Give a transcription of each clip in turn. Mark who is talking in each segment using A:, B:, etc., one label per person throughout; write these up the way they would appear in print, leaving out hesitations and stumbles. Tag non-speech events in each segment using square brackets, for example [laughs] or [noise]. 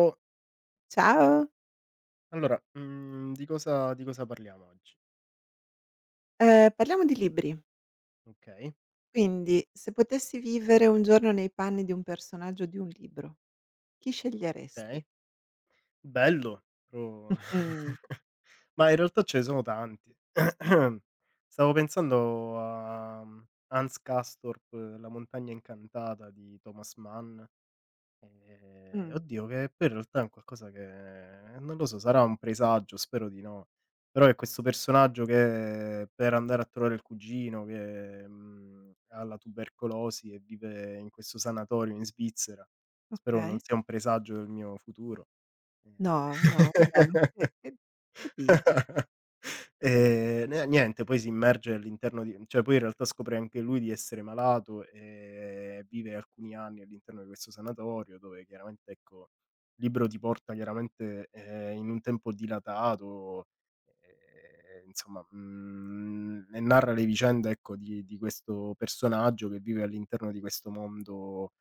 A: Oh,
B: Ciao,
A: allora, di cosa parliamo oggi?
B: parliamo di libri.
A: Okay,
B: Quindi, se potessi vivere un giorno nei panni di un personaggio di un libro, chi
A: okay,
B: sceglieresti?
A: bello, pro
B: Mh.
A: [laughs] ma in realtà ce ne sono tanti. [clears throat] Stavo pensando a, Hans Castorp, La montagna incantata di Thomas Mann.
B: Mh,
A: Oddio che poi in realtà è un qualcosa che non lo so, sarà un presagio, spero di no, però è questo personaggio che per andare a trovare il cugino che, ha la tubercolosi e vive in questo sanatorio in Svizzera. Spero non
B: okay.
A: sia un presagio del mio futuro.
B: No, no, vabbè, ma che
A: Ehm
B: che che dici?
A: [laughs] Ne niente, poi si immerge all'interno di cioè poi in realtà scopre anche lui di essere malato, vive alcuni anni all'interno di questo sanatorio dove chiaramente, ecco, il libro ti porta chiaramente, in un tempo dilatato, insomma, e narra le vicende, ecco, di questo personaggio che vive all'interno di questo mondo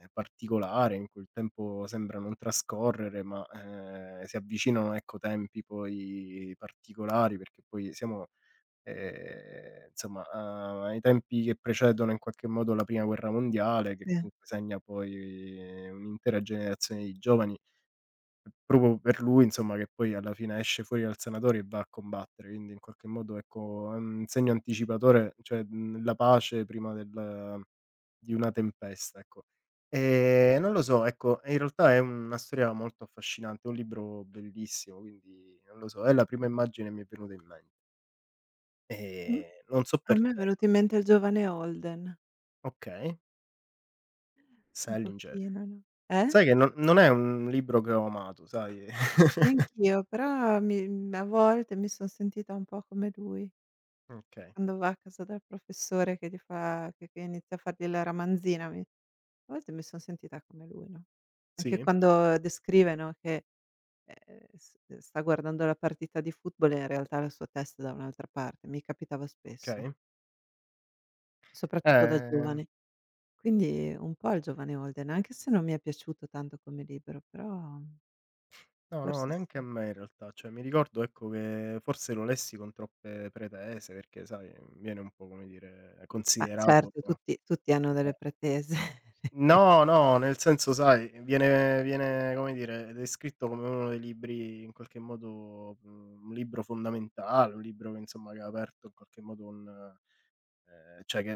A: particolare in cui il tempo sembra non trascorrere, ma, si avvicinano, ecco, tempi poi particolari perché poi siamo, insomma, a ai tempi che precedono in qualche modo la prima guerra mondiale, che
B: Sì.
A: comunque segna poi un'intera generazione di giovani. Proprio per lui insomma che poi alla fine esce fuori dal sanatorio e va a combattere, quindi in qualche modo ecco, è un segno anticipatore, cioè, la pace prima del di una tempesta, ecco. Non lo so, ecco, in realtà è una storia molto affascinante, è un libro bellissimo, quindi non lo so, è la prima immagine che mi è venuta in mente.
B: Mh,
A: Non so
B: a
A: per
B: me è
A: te, ecco.
B: venuto in mente il giovane Holden,
A: Okay,
B: un
A: Salinger.
B: pochino, no? Eh?
A: Sai che non è un libro che ho amato, sai? [laughs]
B: Neanch'io, però a volte mi son sentita un po' come lui,
A: Okay.
B: quando va a casa dal professore che gli fa che inizia a fargli la ramanzina, mi A volte mi son sentita come lui, no, anche
A: Sì?
B: quando descrive, no, che, s sta guardando la partita di football e in realtà la sua testa è da un'altra parte, mi capitava spesso,
A: Okay.
B: soprattutto da
A: Ehm
B: giovane. Quindi un po' il giovane Holden, anche se non mi è piaciuto tanto come libro, però
A: No, no,
B: forse
A: neanche
B: sì.
A: a me in realtà. Cioè, mi ricordo, ecco, che forse lo lessi con troppe pretese perché, sai, viene un po', come dire,
B: Ma
A: considerato
B: certo, tutti hanno delle
A: eh.
B: pretese. [laughs]
A: No, no, nel senso, sai, viene, come dire, descritto come uno dei libri in qualche modo un libro fondamentale, un libro che, insomma, che ha aperto in qualche modo un cioè che,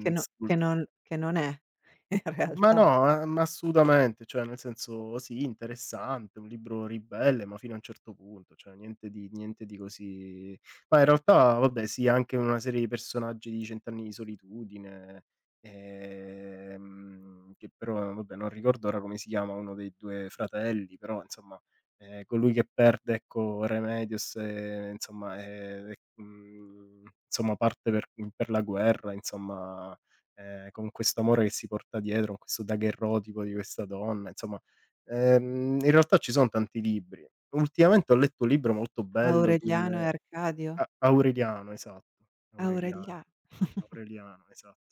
B: che no che
A: sul
B: non che non è [laughs] in
A: Ma
B: realtà.
A: no, a ma assolutamente, cioè nel senso sì, interessante, un libro ribelle, ma fino a un certo punto, cioè niente di niente di così ma in realtà vabbè sì, anche una serie di personaggi di Cent'anni di solitudine, che però vabbè non ricordo ora come si chiama uno dei 2 fratelli, però insomma, colui che perde ecco Remedios e insomma, insomma parte per la guerra, insomma con questo amore che si porta dietro, con questo daguerrotipo di questa donna, insomma, in realtà ci son tanti libri. Ultimamente ho letto un libro molto bello di
B: Aureliano e
A: un
B: Arcadio?
A: A Aureliano, esatto, Aureliano,
B: Aureliano. [laughs]
A: Aureliano, esatto,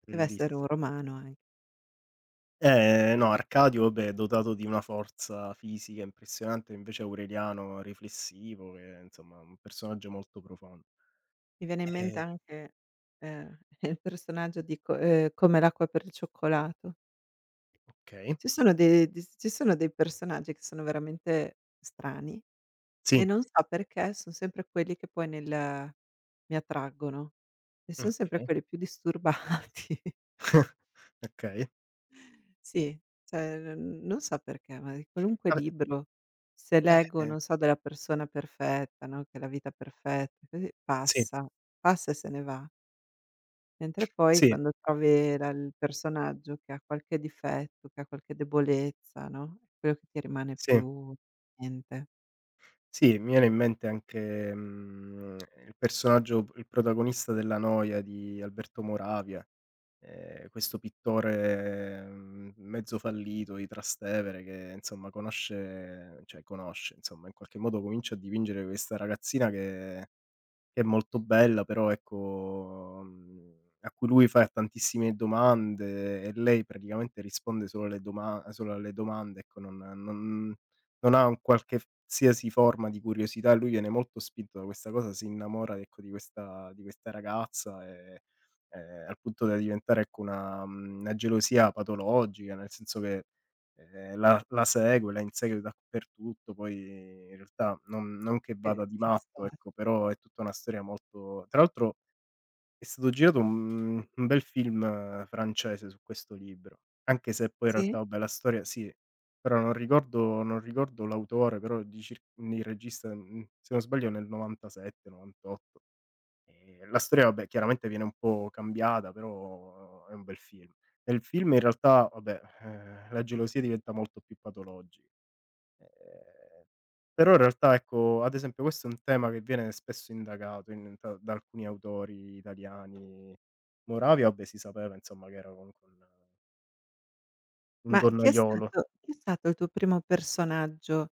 B: Poteva essere un
A: bellissi
B: romano an
A: No, Arcadio vabbè è dotato di una forza fisica impressionante, invece Aureliano riflessivo, che è, insomma, un personaggio molto profondo.
B: Mi viene in mente
A: Eh,
B: anche, ehm, [laughs] il personaggio di co Come l'acqua per il cioccolato.
A: okay.
B: Ci sono dei personaggi che sono veramente strani e
A: Sì,
B: non so perché son sempre quelli che poi nel mi attraggono e son sempre
A: okay,
B: quelli più disturbati. [laughs]
A: okay.
B: Sì, cioè n non so perché, ma di qualunque
A: Vabbè,
B: libro, se
A: eh,
B: leggo,
A: eh,
B: non so, della persona perfetta, no, che è la vita perfetta, così
A: sì,
B: passa, passa e se ne va. Mentre poi
A: sì.
B: quando trovi la il personaggio che ha qualche difetto, che ha qualche debolezza, no, è quello che ti rimane
A: Sì,
B: più mente.
A: sì, mi viene in mente anche, il personaggio il protagonista della Noia di Alberto Moravia, questo pittore, mezzo fallito di Trastevere che insomma conosce cioè conosce, insomma in qualche modo comincia a dipingere questa ragazzina che è molto bella, però ecco, a cui lui fa tantissime domande e lei praticamente risponde solo alle doma solo alle domande, ecco, non ha un qualche f qualsiasi forma di curiosità, lui viene molto spinto da questa cosa, si innamora, ecco, di questa ragazza, al punto da diventare, ecco, una una gelosia patologica, nel senso che la segue, la insegue dappertutto, poi in realtà non che
B: Che
A: vada di
B: che
A: matto,
B: storia.
A: ecco, però è tutta una storia molto tra l'altro è stato girato un bel film francese su questo libro, anche se poi in
B: Sì,
A: realtà vabbè la storia sì, però non ricordo l'autore, però di cir il regista, se non sbaglio nel 97, 98. La storia vabbè chiaramente viene un po' cambiata, però è un bel film. Nel film in realtà vabbè, la gelosia diventa molto più patologica. Ehm, Però in realtà ecco, ad esempio questo è un tema che viene spesso indagato in da alcuni autori italiani. Moravia vabbè si sapeva insomma che era comunque un
B: ma chi è
A: donnaiolo.
B: stato chi è stato il tuo primo personaggio,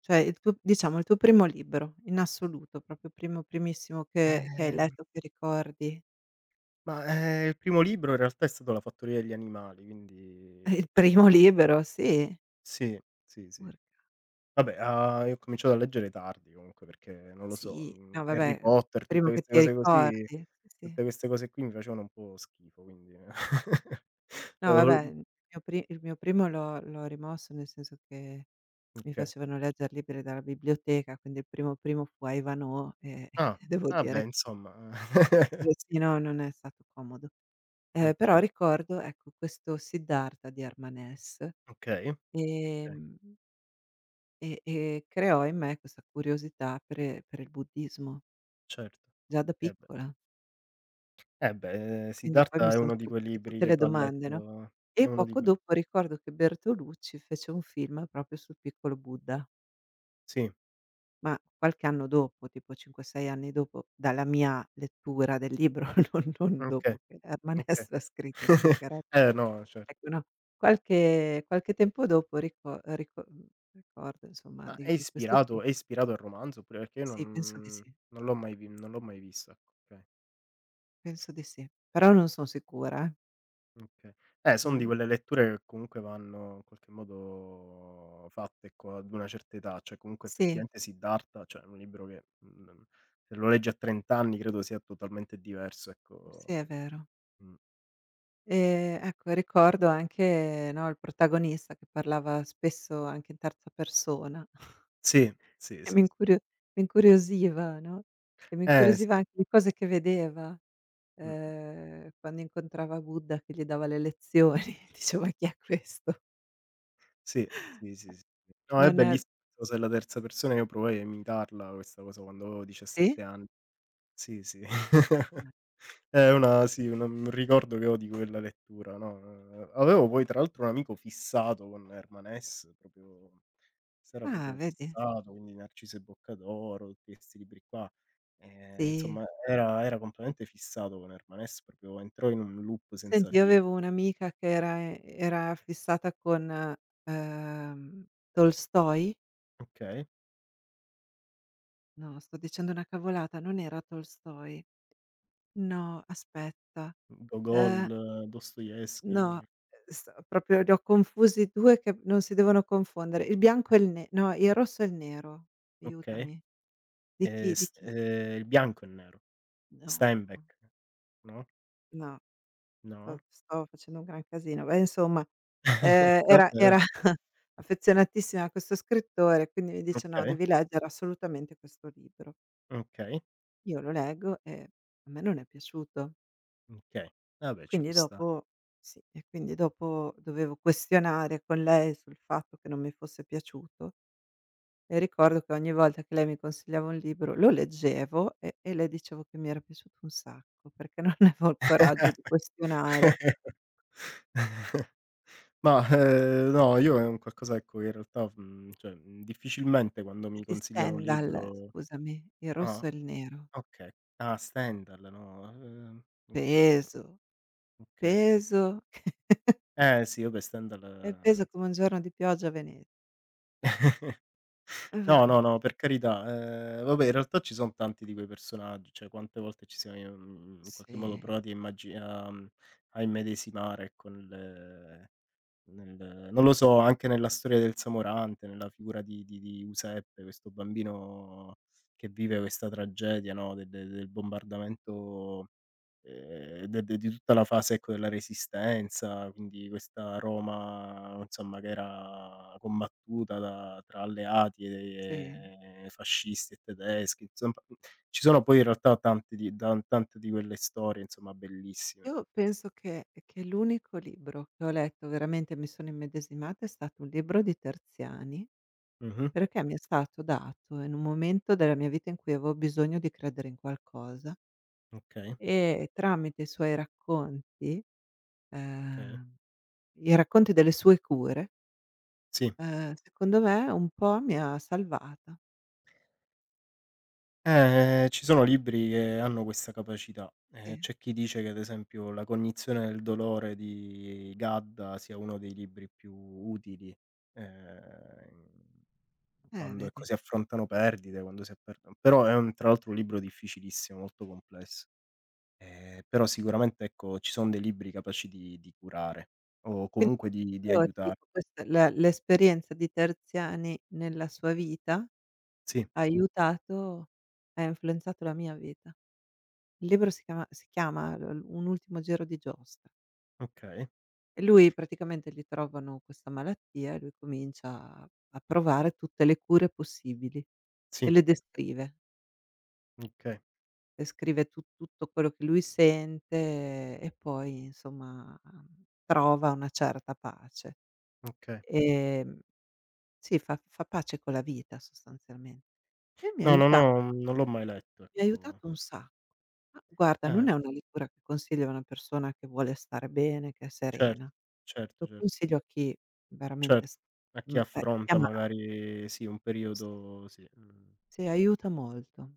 B: cioè il tuo diciamo il tuo primo libro in assoluto, proprio primo, primissimo che hai
A: Ehm,
B: letto, che ricordi? [laughs]
A: ma, il primo libro in realtà è stato La fattoria degli animali, quindi
B: Il primo libro, sì?
A: sì, sì, sì.
B: Urca,
A: Vabbè, io ho cominciato a leggere tardi comunque perché, non lo so,
B: sì. No
A: Harry
B: vabbè,
A: Potter,
B: primo
A: tutte
B: che
A: queste
B: ti
A: cose così
B: ricordi. Sì, sì.
A: tutte queste cose qui mi facevano un po' schifo, quindi [laughs] [unintelligible]
B: No vabbè,
A: Ehm,
B: il mio primo l'ho rimosso, nel senso che mi
A: okay.
B: facevano leggere libri dalla biblioteca, quindi il primo primo fu a Ivanhoe e
A: Ah,
B: [laughs] devo
A: ah beh
B: dire
A: insomma
B: sì,
A: [laughs]
B: sì, no, non è stato comodo. Però
A: okay,
B: ricordo, ecco, questo Siddhartha di Herman Hesse,
A: okay, okay,
B: ehm, e creò in me questa curiosità per il buddismo,
A: certo.
B: già da
A: Eh beh,
B: piccola.
A: eh beh,
B: Quindi poi mi
A: Siddhartha è
B: son
A: uno di quei
B: partite
A: libri
B: tutte
A: che
B: le
A: va
B: domande, no,
A: letto è
B: e
A: uno di
B: poco
A: que
B: dopo ricordo che Bertolucci fece un film proprio sul piccolo Buddha.
A: sì,
B: Ma qualche anno dopo, tipo 5, 6 anni dopo, dalla mia lettura del libro, [laughs] non
A: okay,
B: dopo che Herman
A: okay.
B: Hesse l'ha scritto, ci
A: [laughs]
B: manchereb
A: Eh no, cer
B: Ecco, no, qualche tempo dopo ricordo insomma
A: Ma
B: di
A: è
B: di questo fi
A: ispirato è ispirato al romanzo oppure perché io
B: Sì, penso di
A: non
B: sì,
A: non l'ho mai vi non l'ho mai vista. Okay,
B: penso di sì, però non son sicura, eh.
A: okay. Son di
B: Mh.
A: quelle letture che comunque vanno in qualche modo fatte co ad una certa età, cioè comunque
B: Sì,
A: effettivamente Siddhartha, cioè è un libro che, se lo leggi a 30 anni credo sia totalmente diverso,
B: sì
A: ecco.
B: è vero.
A: Mh.
B: Ecco ricordo anche, no, il protagonista che parlava spesso anche in terza persona.
A: Sì, sì,
B: E
A: sì, sì.
B: mi incuriosiva, no, e mi
A: Eh
B: incuriosiva
A: sì.
B: anche di cose che vedeva,
A: Mh-mh.
B: quando incontrava Buddha che gli dava le lezioni, [laughs] dicevo: "Ma chi è questo?"
A: Sì, sì, sì, sì. No, è
B: Non
A: bellissi cosa della terza persona, io provai a imitarla questa cosa quando avevo
B: Sì?
A: 17 anni. Sì, sì. [laughs] È
B: Okay.
A: una sì, una un ricordo che ho di quella lettura, no, avevo poi tra l'altro un amico fissato con Herman Hesse, proprio s'era
B: Ah,
A: proprio
B: vedi?
A: fissato, quindi Narciso e Boccadoro, tutti questi libri qua.
B: Sì.
A: Insomma era completamente fissato con Herman Hesse, proprio entrò in un loop senza
B: Senti, io
A: fine.
B: avevo un'amica che era fissata con, Tolstoj?
A: Okay.
B: No, sto dicendo una cavolata, non era Tolstoj. No, aspetta,
A: Gogol,
B: ehm No,
A: Dostoevskij,
B: sto proprio li ho confusi 2 che non si devono confondere. Il bianco e il ne no, il rosso e il nero.
A: okay.
B: Aiutami. Di
A: S
B: chi
A: Il bianco e il nero,
B: No,
A: Steinbeck, no?
B: no, sto
A: No?
B: sto facendo un gran casino. Beh, insomma,
A: [laughs]
B: era
A: Vabbè,
B: era [laughs] affezionatissima a questo scrittore, quindi mi dice: "No,
A: okay,
B: devi leggere assolutamente questo libro."
A: okay.
B: Io lo leggo e a me non è piaciuto.
A: Okay. Vabbè ci
B: Quindi
A: può sta
B: dopo sì, e quindi dopo dovevo questionare con lei sul fatto che non mi fosse piaciuto. E ricordo che ogni volta che lei mi consigliava un libro lo leggevo e le dicevo che mi era piaciuto un sacco, perché non [laughs] avevo il coraggio di questionare.
A: [laughs] Ma, no, io è un qualcosa ecco che in realtà, cioè, difficilmente quando
B: E
A: mi
B: di
A: consigliano un
B: Stendhal,
A: libro
B: scusami, Il rosso
A: ah,
B: e il nero.
A: okay. Ah, Stendhal, no, okay,
B: Peso,
A: okay, okay.
B: peso [laughs]
A: Eh sì, vabbè Stendhal
B: e peso come
A: insomma
B: un giorno di pioggia a Venezia. E
A: no,
B: vabbò.
A: no, no, per carità. Vabbè in realtà ci son tanti di quei personaggi, cioè quante volte ci siamo, in qualche modo
B: Sì,
A: provati a immagi a a immedesimare ecco nel Nel non lo so, anche nella storia del Samorante, nella figura di di Useppe, questo bambino che vive questa tragedia, no, de del bombardamento, de di tutta la fase, ecco, della Resistenza, quindi questa Roma, insomma, che era combattuta da tra alleati
B: sì.
A: e fascisti e tedeschi, insomma ci sono poi in realtà tante di tan tante di quelle storie, insomma, bellissime.
B: Io penso che l'unico libro che ho letto veramente mi sono immedesimata è stato un libro di Terziani.
A: Mh-mh.
B: Perché mi è stato dato in un momento della mia vita in cui avevo bisogno di credere in qualcosa
A: Okay,
B: e tramite i suoi racconti,
A: okay.
B: ehm, i racconti delle sue cure,
A: Sì.
B: secondo me un po' mi ha salvata.
A: Ci sono libri che hanno questa capacità.
B: Sì,
A: C'è chi dice che ad esempio La cognizione del dolore di Gadda sia uno dei libri più utili, ehm, quando ecco,
B: vedi.
A: si affrontano perdite, quando si affrontano però è un tra l'altro un libro difficilissimo, molto complesso. Però sicuramente ecco, ci son dei libri capaci di curare o
B: Quindi
A: comunque di
B: io ti
A: aiuta
B: dico questa la l'esperienza di Terziani nella sua vita
A: sì,
B: ha aiutato ha influenzato la mia vita. Il libro si chiama l Un ultimo giro di giostra.
A: okay,
B: E lui praticamente gli trovano questa malattia e lui comincia a a provare tutte le cure possibili e
A: sì,
B: le descrive.
A: okay,
B: Descrive tu tutto quello che lui sente e poi insomma, trova una certa pace.
A: okay.
B: Ehm, sì, fa pace con la vita sostanzialmen e mi ha
A: No,
B: aiuta
A: non l'ho mai letto,
B: mi ha
A: ecco.
B: aiutato un sacco. Ma guarda, non
A: Eh.
B: è una lettura che consiglio a una persona che vuole stare bene, che è
A: Certo,
B: serena.
A: certo,
B: Lo
A: certo,
B: consiglio a chi veramente
A: certo. A chi
B: è
A: affronta
B: amarato.
A: magari sì, un
B: Sì.
A: periodo sì,
B: Sì, aiuta molto.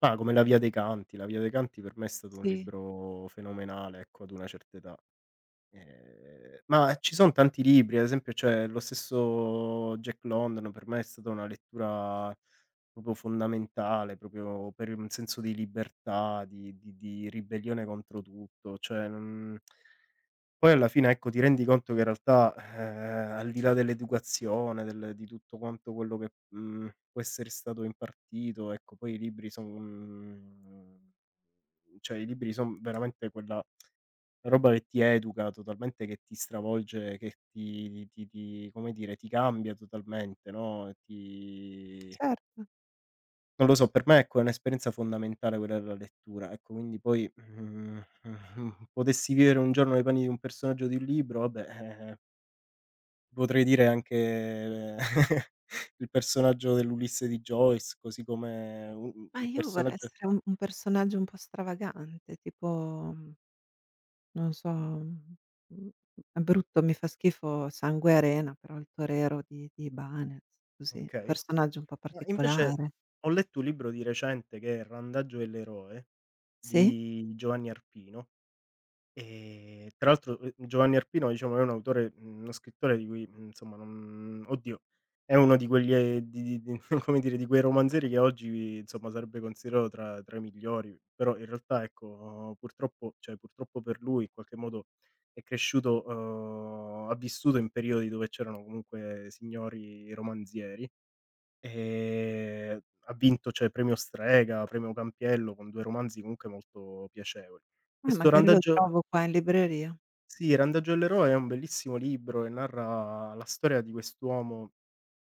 A: ma come La via dei canti. La via dei canti per me è stato un
B: Sì,
A: libro fenomenale, ecco, ad una certa età. Ma ci son tanti libri, ad esempio, cioè lo stesso Jack London per me è stata una lettura proprio fondamentale, proprio per un senso di libertà, di di ribellione contro tutto, cioè non Poi alla fine, ecco, ti rendi conto che in realtà, al di là dell'educazione, del di tutto quanto quello che, può essere stato impartito, ecco, poi i libri son cioè i libri son veramente quella roba che ti educa totalmente, che ti stravolge, che ti come dire, ti cambia totalmente, no, ti
B: certo.
A: non lo so, per me ecco è un'esperienza fondamentale quella della lettura, ecco quindi poi, [laughs] potessi vivere un giorno nei panni di un personaggio di un libro, vabbè, potrei dire anche [laughs] il personaggio dell'Ulisse di Joyce, così come u
B: Ma
A: il
B: io vorrei
A: personaggio
B: essere un personaggio un po' stravagante, tipo, mhmm, non so, mhmm, è brutto, mi fa schifo Sangue e Arena, però il torero di Ibanez, così, un
A: okay.
B: personaggio un po'
A: Ma invece
B: particolare.
A: ho letto un libro di recente che è Randaggio e l'eroe
B: Sì?
A: di Giovanni Arpino. Tra l'altro, Giovanni Arpino diciamo è un autore uno scrittore di cui, insomma non oddio, è uno di quegli di di [laughs] come dire, di quei romanzieri che oggi insomma sarebbe considerato tra i migliori, però in realtà ecco, purtroppo cioè purtroppo per lui in qualche modo è cresciuto ha vissuto in periodi dove c'erano comunque signori romanzieri, ehm, ha vinto cioè Premio Strega, Premio Campiello con 2 romanzi comunque molto piacevoli. Questo
B: Magari lo
A: randaggio
B: trovo qua in libreria.
A: sì, Randaggio all'eroe è un bellissimo libro e narra la storia di quest'uomo,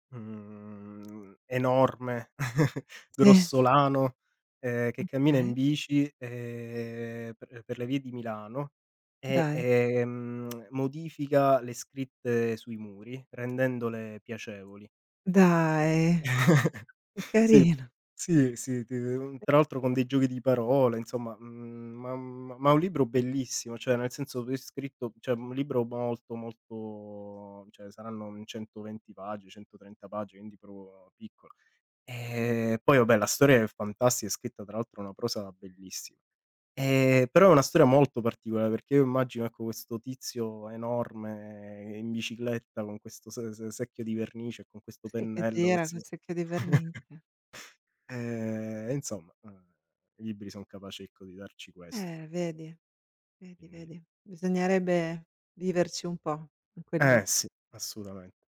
A: enorme, [laughs]
B: Sì,
A: grossolano, che cammina in
B: okay,
A: bici, per le vie di Milano e,
B: dai.
A: modifica le scritte sui muri rendendole piacevoli.
B: Dai,
A: [laughs]
B: che
A: Sì,
B: carino.
A: sì, sì, ti tra l'altro con dei giochi di parole, insomma, ma un libro bellissimo, cioè nel senso che è scritto cioè un libro molto, molto cioè saranno un 120 pagine, 130 pagine, quindi proprio piccolo. Poi vabbè la storia è fantastica, è scritta tra l'altro una prosa bellissima. Però è una storia molto particolare, perché io immagino, ecco, questo tizio enorme in bicicletta con questo se secchio di vernice e con questo
B: Sì, che
A: pennello che
B: gira
A: si
B: col secchio di
A: [laughs]
B: vernice.
A: E insomma, i libri son capaci, ecco, di darci questo,
B: Vedi? Vedi,
A: quindi
B: vedi, bisognerebbe viverci un po' in quelli
A: eh sì, assolutamente.